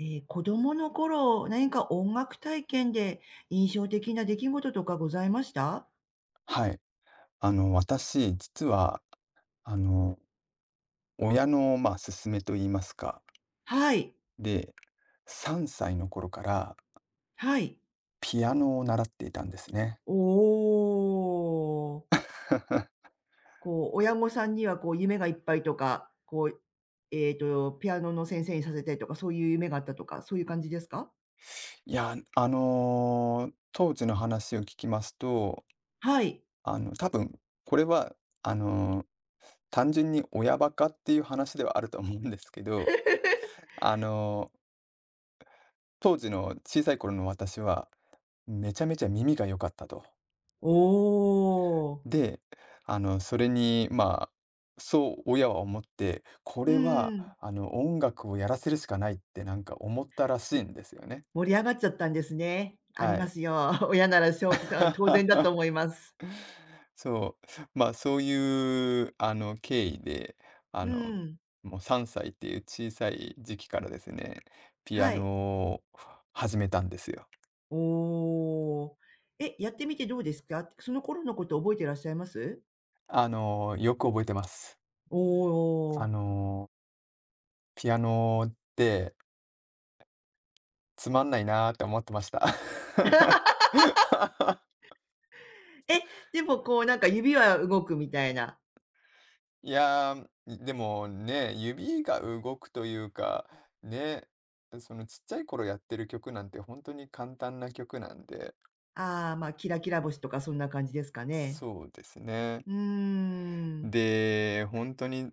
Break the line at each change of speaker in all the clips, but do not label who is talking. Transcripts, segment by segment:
子供の頃、何か音楽体験で印象的な出来事とかございました？
はい。私、実は、あの、親の、勧めと言いますか、
はい。
で、3歳の頃から
はい。
ピアノを習っていたんですね。
おー。こう、親御さんにはこう、夢がいっぱいとか、こう、ピアノの先生にさせたいとか、そういう夢があったとか、そういう感じですか？
いや、当時の話を聞きますと、
はい。
多分、これは、あの、単純に親バカっていう話ではあると思うんですけど、あの、当時の小さい頃の私は、めちゃめちゃ耳が良かったと。
おー。
で、それに、そう親は思って、こ
う
れは、
ん。
音楽をやらせるしかないってなんか思ったらしいんですよね。
盛り上がっちゃったんですね。あり
は
ま
い。
すよ。親ならしょう、当然だと思 います。
そう。まあ、そういう、経緯で、あ
う
の、
ん。
もう3歳っていう小さい時期からですね、ピア
は
ノ
い。
を始めたんですよ。
おお。え、やってみてどうですか？その頃のこと覚えてらっしゃいます？
よく覚えてます。
お
あ
お。
の、ピアノってつまんないなーって思ってました。
え、でもこうなんか指は動くみたいな。
いやー、でもね、指が動くというか、ね、そのちっちゃい頃やってる曲なんて本当に簡単な曲なんで、
ああ、ま、キラキラ星とかそんな感じですかね。
そうですね。
うーん。
で、本当に、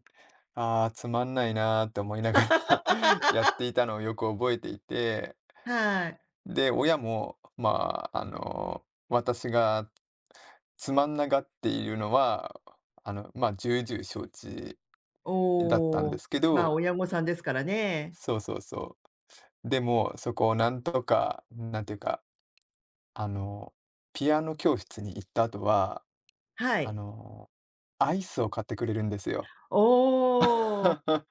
ああ、つまんないなーって思いながら やっていたのをよく覚えていて、
はい。
で、親も、まあ、私がつまんながっているのは、まあ、重々承知だったん
お
で
お。
すけ
ま、
ど、
親御さんですからね。
そうそうそう。でも、そこをなんとか、なんていうか、あの、ピアノ教室に行った後は、
は
あ
い。
の、アイスを買ってくれるんですよ。
おお。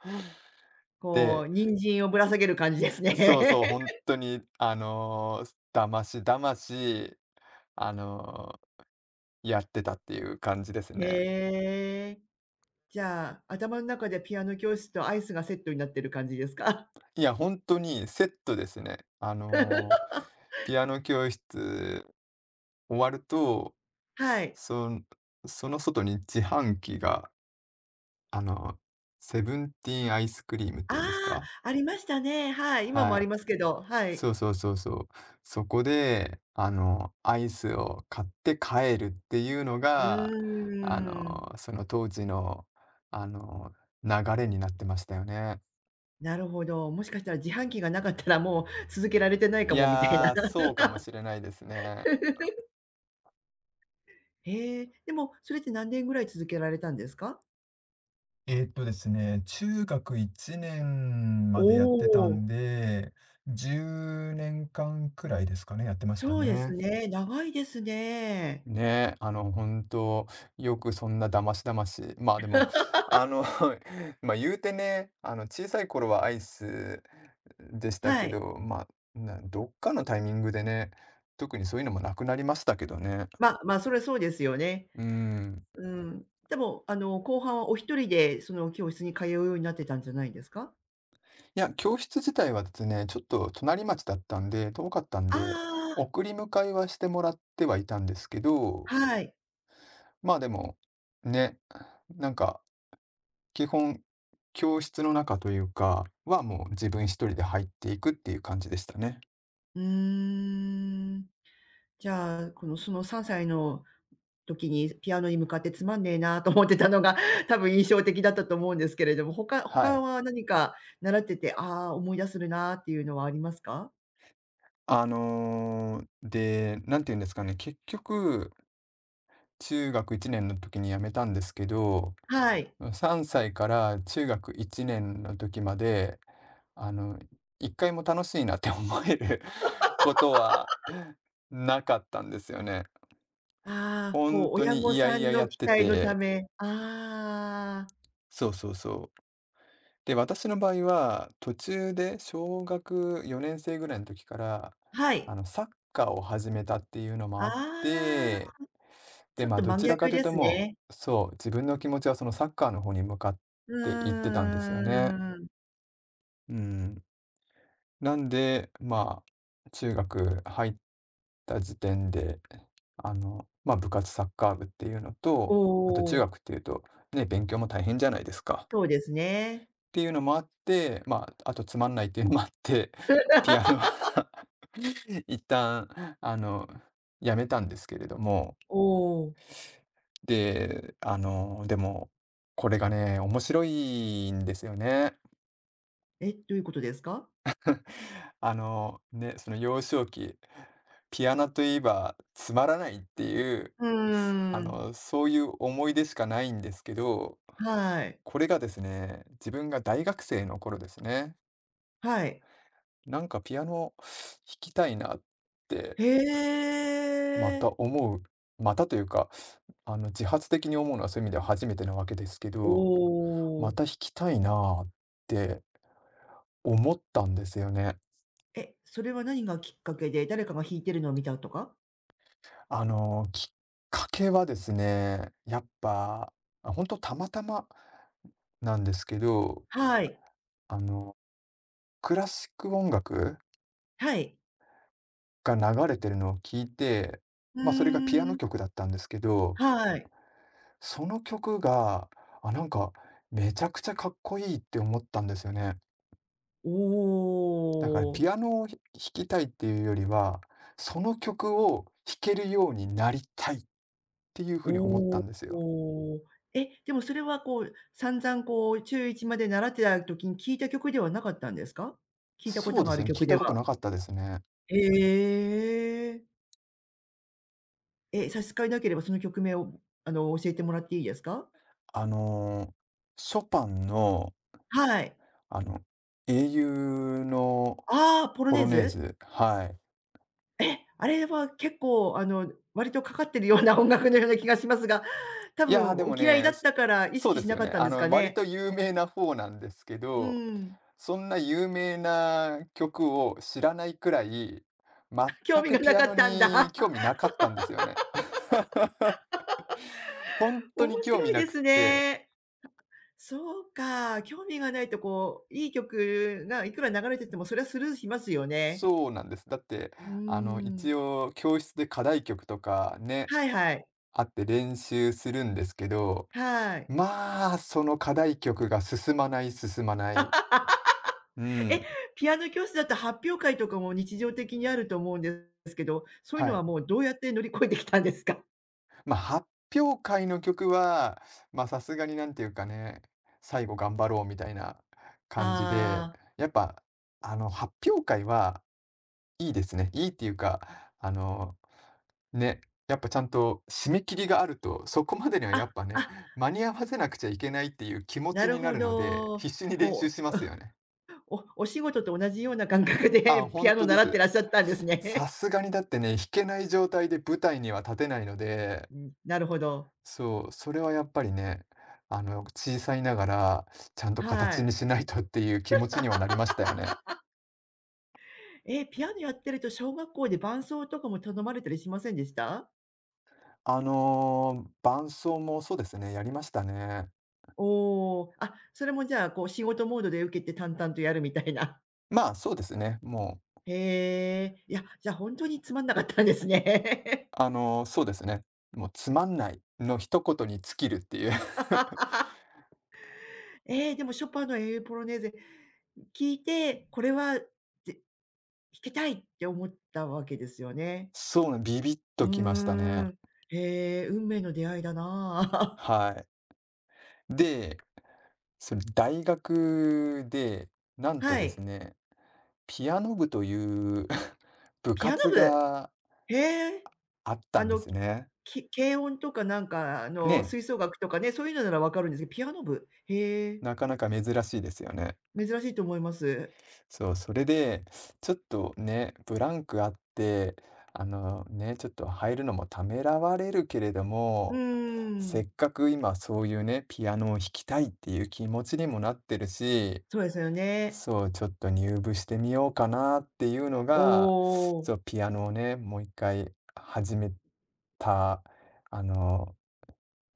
こう
で、
人参をぶら下げる感じです
そう
ね。
そう、本当に、だましだまし、あの、やってたっていう感じです ね。
へえ。じゃあ、頭の中でピアノ教室とアイスがセットになってる感じですか？
いや、本当にセットですね。ピアノ教室終わると、
はい。
そのその外に自販機が、あの、セブンティーンアイスクリームっ
あ
ていうんです
あ、
か？
ありましたね。はい、今も
は
あり
い。
ますけど、はい。
そうそうそうそう。そこで、アイスを買って帰るっていうの
う
が、
ーん、
その当時の、あの、流れになってましたよね。
なるほど。もしかしたら自販機がなかったら、もう続けられてないか
い
もみたいな。
やー、そうかもしれないですね。
へえ、でも、それって何年ぐらい続けられたんですか？
ですね、中学1年
お
までやってた
おー、
んで、10年間くらいですかね、やってました
そうです
ね。
ね、長いですね。
ねえ、本当よくそんなだましだまし。まあでも、あの、まあ言うてね、小さい頃はアイスでした
は
け
い。
ど、まあ、などっかのタイミングでね、特にそういうのもなくなりましたけどね。
まあま、あそれはそうですよね。
うん。
うん。でも、あの、後半はお一人でその教室に通うようになってたんじゃないですか？
いや、教室自体はですね、ちょっと隣町だったんで、遠かったんで、
あ
送り迎えはしてもらってはいたんですけど、
あー、はい。
まあでも、ね、なんか、基本、教室の中というか、はもう自分一人で入っていくっていう感じでしたね。
うーん。じゃあ、この、その3歳の時にピアノに向かってつまんねえなと思ってたのが、多分印象的だったと思うんですけれども、他
は
他
い。
は何か習ってて、ああ、思い出するなっていうのはありますか？
あのーで、なんて言うんですかね、結局、中学1年の時に辞めたんですけど、
はい。
3歳から中学1年の時まで、あの、一回も楽しいなって思える ことはなかったんですよね。
ああ、こ
本
う
当
親
に
御
嫌
さ
々
ん
や
の
っ
期
て
待のた
て、
めああ、
そうそうそう。で、私の場合は、途中で小学4年生ぐらいの時から、
はい。
サッカーを始めたっていうのも
あ
あっ
あ、
て、
ち
で、
ょっと
ど
真
ちらか
逆
という
で
と
す
も
ね。
う、そう、自分の気持ちはそのサッカーの方に向かっ
う
ていってたんですよね。
ーん。
うん。なんで、まあ、中学入った時点で、まあ、部活サッカー部っていうの
お
と、あと中
お、
学っていうと、ね、勉強も大変じゃないですか。
そうです
っ
ね。
ていうのもあって、まあ、あとつまんないっていうのもあって、ピア ノは 一旦、あの、やめたんですけれども、
おお、
で、でも、これがね、面白いんですよね。
え、どういうことですか？
ね、その幼少期、ピアノといえばつまらないっていう、
うーん、
そういう思い出しかないんですけど、
はい。
これがですね、自分が大学生の頃ですね、
はい。
なんかピアノ弾きたいなって
へ
ま
え。
た思う、またというか、自発的に思うのはそういう意味では初めてなわけですけ
お
ど、ま
お。
た弾きたいなって思ったんですよね。
え、それは何がきっかけで、誰かが弾いてるのを見たとか？
きっかけはですね、やっぱ、あ、たまたまなんですけど、
はい。
あの、クラシック音楽
はい。
が流れてるのを聞いて、
う
まあ、それがピア
ー
ノ
ん。
曲だったんですけど、
はい。
その曲が、あ、なんか、めちゃくちゃかっこいいって思ったんですよね。だから
おお。
ピアノを弾きたいっていうよりは、その曲を弾けるようになりたいっていう風に思った
お
んですよ。
お。え、でもそれはこう、散々こう、中一まで習ってた時に聴いた曲ではなかったんですか？聴いたこ
そ
と
うで
があ
す
る
ね、聞
曲
い
で
たこと
は。
なかったですね。
へえ。え、差し支えなければその曲名を、あの、教えてもらっていいですか？
あの、ショパンの、
はい。
あの、英雄の
ああ、ポロ
ポ
ネー
ロネー
ズ？
ズ、はい。
え、あれは結構、あの、割とかかってるような音楽のような気がしますが、多
い
分
や、で
お
も
嫌いだ
ね、
ったから意
そう
識
で
し
す
な
よ
かっ
ね。
たんですか
割
ね？
と有名な方なんですけ
う
ど、
ん、
そんな有名な曲を知らないくらい、
興
全
味が
く
な
ピア
かっ
ノ
たん
に
だ。
興味なかったんですよね。本 当
面
に興
白
味
い
な
で
くっ
す
て、
ね。そうか、興味がないとこう、いい曲がいくら流れててもそれはスルーしますよね。
そうなんです。だって、
うーん。
一応教室で課題曲とかね、
はいはい。
あって練習するんですけど、
はい。
まあ、その課題曲が進まない進まない。う
え、
ん、
ピアノ教室だと発表会とかも日常的にあると思うんですけど、そういう
は
のは
い。
もうどうやって乗り越えてきたんですか？
まあ、発表会の曲は、まあ、さすがになんていうかね、最後頑張ろうみたいな感じで、
ああ。
やっぱ、発表会はいいですね。いいっていうか、あの、ね、やっぱちゃんと締め切りがあると、そこまでにはや
あ、
っぱね、
あ
間に合わせなくちゃいけないっていう気持
な
ち
る
にな
ほ
るので、
ど。
必死に練習
こ
しますよね。
う、おお仕事と同じような感覚
あ、
で ピ
本
アノ
当で
習って
す。
らっしゃったんです
さ
ね。
すがにだってね、弾けない状態で舞台には立てないの で、
うん、なるほど。
そう、それはやっぱりね、小さいながら、ちゃんと
は
形に
い。
しないとっていう気持ちにはなりましたよね。
え、ピアノやってると小学校で伴奏とかも頼まれたりしませんでした？
伴奏もそうですね、やりましたね。
おお、あ、それもじゃあ、こう仕事モードで受けて淡々とやるみたいな。
まあ、そうですね、もう、
へえ、いや、じゃあ本当につまんなかったんですね。
そうですね、もうつまんないの一言に尽きるっていう。
えーでもショパンの英雄ポロネーゼ、聞いて、これは、弾きたいって思ったわけですよね。
そうね、ビビッ
う
と
ー
きましたね。
ん。へえ、運命の出会いだな。
はい。で、それ大学で、な んと
は
です
い。
ね、ピアノ部という 部
ピアノ
活
部。
が
へえ。
あった
あ
んで
の、
すね。
軽音とかなんか、あの、
ね、
吹奏楽とかね、そういうのならわかるんですけど、ピアノ部。へえ、
なかなか珍しいですよね。
珍しいと思います。
そう、それで、ちょっとね、ブランクあって、あのね、ちょっと入るのもためらわれるけれど
うー
も、せ
ん。
っかく今そういうね、ピアノを弾きたいっていう気持ちにもなってるし、
そうですよね。
そう、ちょっと入部してみようかなっていうの
お
が、
お、
そう、ピアノをね、もう一回始めた、あの、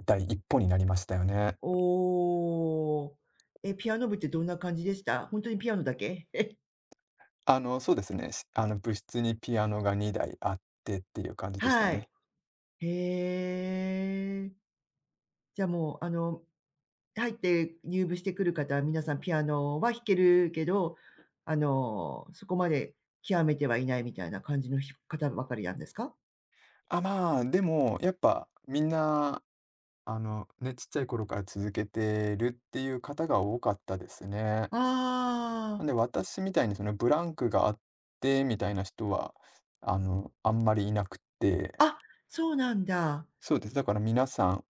第一歩になりましたよね。
おーえ、ピアノ部ってどんな感じでした？本当にピアノだけ？
そうですね。し部室にピアノが2台あってっていう感じでした
はい。
ね。
へえ。じゃあもう、あの入って入部してくる方は皆さんピアノは弾けるけど、あの、そこまで極めてはいないみたいな感じの方ばかりなんですか？
あ、まあ、でも、やっぱみんな、ね、ちっちゃい頃から続けてるっていう方が多かったですね。
あ
なんで私みたいにそのブランクがあってみたいな人は、あんまりいなくて、
あ、あ、そうなんだ。
そうです。だから皆さん、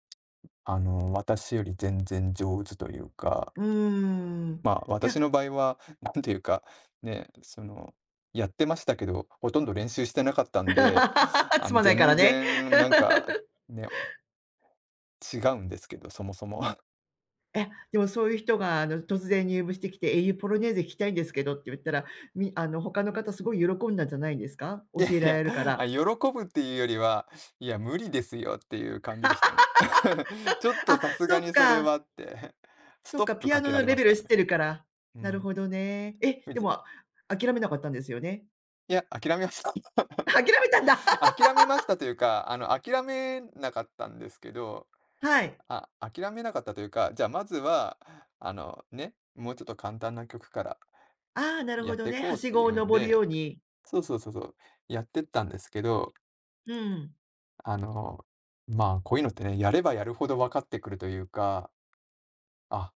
私より全然上手というか、
うーん。
まあ、
い
私
や、
の場合は、なんていうか、ね、その、やってましたけど、ほとんど練習してなかったんで、
つまんないから
全
ね。
然なんか、ね、違うんですけど、そもそも。
え、でもそういう人があの突然入部してきて、英雄ポロネーゼ弾きたいんですけどって言ったら、あの他の方すごい喜んだんじゃないんですか？教
いや
え
い
ら
や、
れるから。
あ、喜ぶっていうよりは、いや、無理ですよっていう感じでしたね。ちょっと
あ、
さす
そ
が
っ
にそれ
か。
はって、ス
そっ
トッ
か、
プ
ピア
か
ノ
けら
の
れ
レ
ま
ベ
し
ル
た
知
ね。
ってるから。
う
なる
ん。
ほどね。え、
無
で
事、
も、諦めなかったんですよね？
いや、諦めました。
諦めたんだ。
諦めましたというか、諦めなかったんですけど、
はい。
あ、諦めなかったというか、じゃあまずは、ね、もうちょっと簡単な曲から
ああ、なるほ
やっ
ど
てい
ね。は
こうっ
し
て
ご
い
を
うん
登るよ
で、
うに。
そうそうそうそう、やってったんですけど、
うん。
あの、まあ、こういうのってね、やればやるほど分かってくるというか、あ、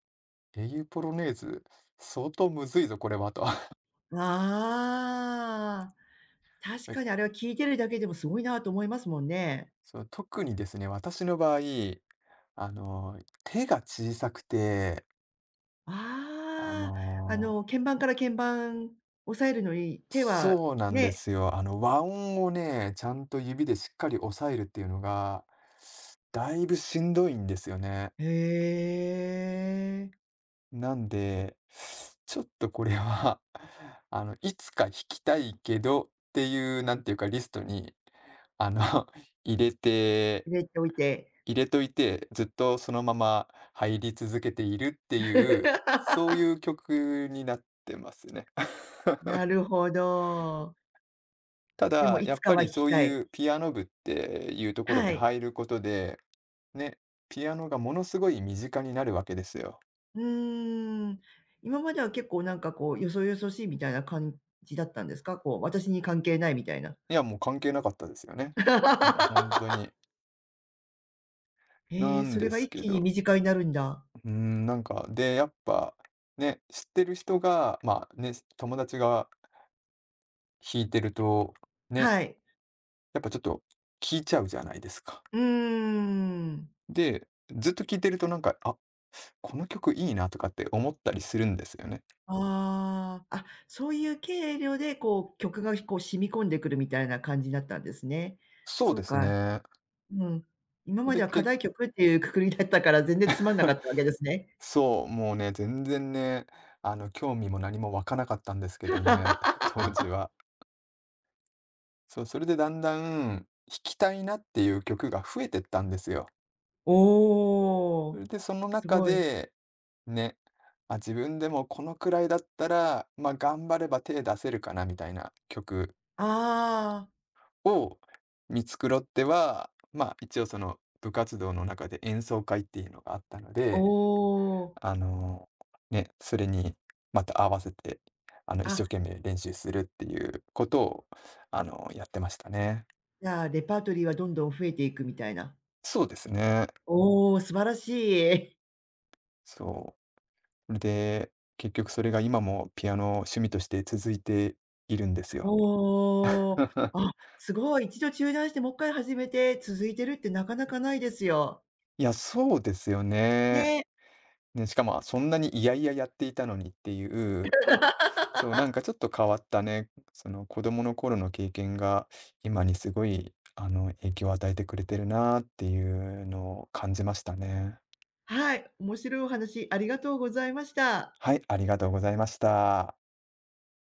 英雄ポロネーズ、相当むずいぞ、これはと。
ああ、確かにあ
え、
れは聴いてるだけでもすごいなと思いますもんね。
そう、特にですね、私の場合、手が小さくて、あ
ああ、あ
の
の、鍵盤から鍵盤押さえるのに、手は
そうなんで
ね
すよ。和音をね、ちゃんと指でしっかり押さえるっていうのが、だいぶしんどいんですよね。
へえ、
なんで、ちょっとこれは いつか弾きたいけどっていう、なんていうか、リストに、あの 入れて、
入れておいて。
入れといて、ずっとそのまま入り続けているっていう、そういう曲になってますね。
な るほど。
た
でも
だ、
い
や
つ
っ
か
ぱ
は
り
弾き
そう
たい。
いうピアノ部っていうところ
は
に
い。
入ることで、ね、ピアノがものすごい身近になるわけですよ。
うーん。今までは結構なんかこう、よそよそしいみたいな感じだったんですか？こう、私に関係ないみたいな。
いや、もう関係なかったですよね。もう本 当に。
へ
な
え、
ん
それ
で
が
す
一
け
気に
ど、
身近になるんだ。
うーん、なんか、で、やっぱ、ね、知ってる人が、まあ、ね、友達が弾いてると、ね、
はい。
やっぱちょっと聴いちゃうじゃないですか。
うーん。
で、ずっと聴いてるとなんか、あ、この曲いいなとかって思ったりするんですよね。
ああ、あ、そういう経量でこう、曲がこう染み込んでくるみたいな感じだったんですね。
そう
そ
で
う
す
か、
ね。
うん。今まで
で、
は課題曲っていうくくりだったから、全然つまんなかったわけですね。
そう、もうね、全然ね、興味も何も湧かなかったんですけどね、当時は。そう、それでだんだん弾きたいなっていう曲が増えてったんですよ。
お
そ
お、
れで、その
す
中
ごい。
で、ね、あ、自分でもこのくらいだったら、まあ、頑張れば手出せるかなみたいな曲
ああ。
を見繕っては、まあ、一応その部活動の中で演奏会っていうのがあったの
お
で、
お。
あの、ね、それにまた合わせて、一生
あ、
懸命練習するっていうことを、やってましたね。
じゃあ、レパートリーはどんどん増えていくみたいな。
そうですね。
おお、素晴らしい。
そう。で、結局それが今もピアノ趣味として続いているんです よ。
おお。あ、すごい。一度中断してもっかい始めて続いてるってなかなかないですよ。
いや、そうですよね。
ね、
ね、しかも、そんなに嫌々やっていたのにっていう、そう、なんかちょっと変わったね、その子供の頃の経験が、今にすごい、影響を与えてくれてるなっていうのを感じましたね。
はい、面白いお話ありがとうございました。
はい、ありがとうございました。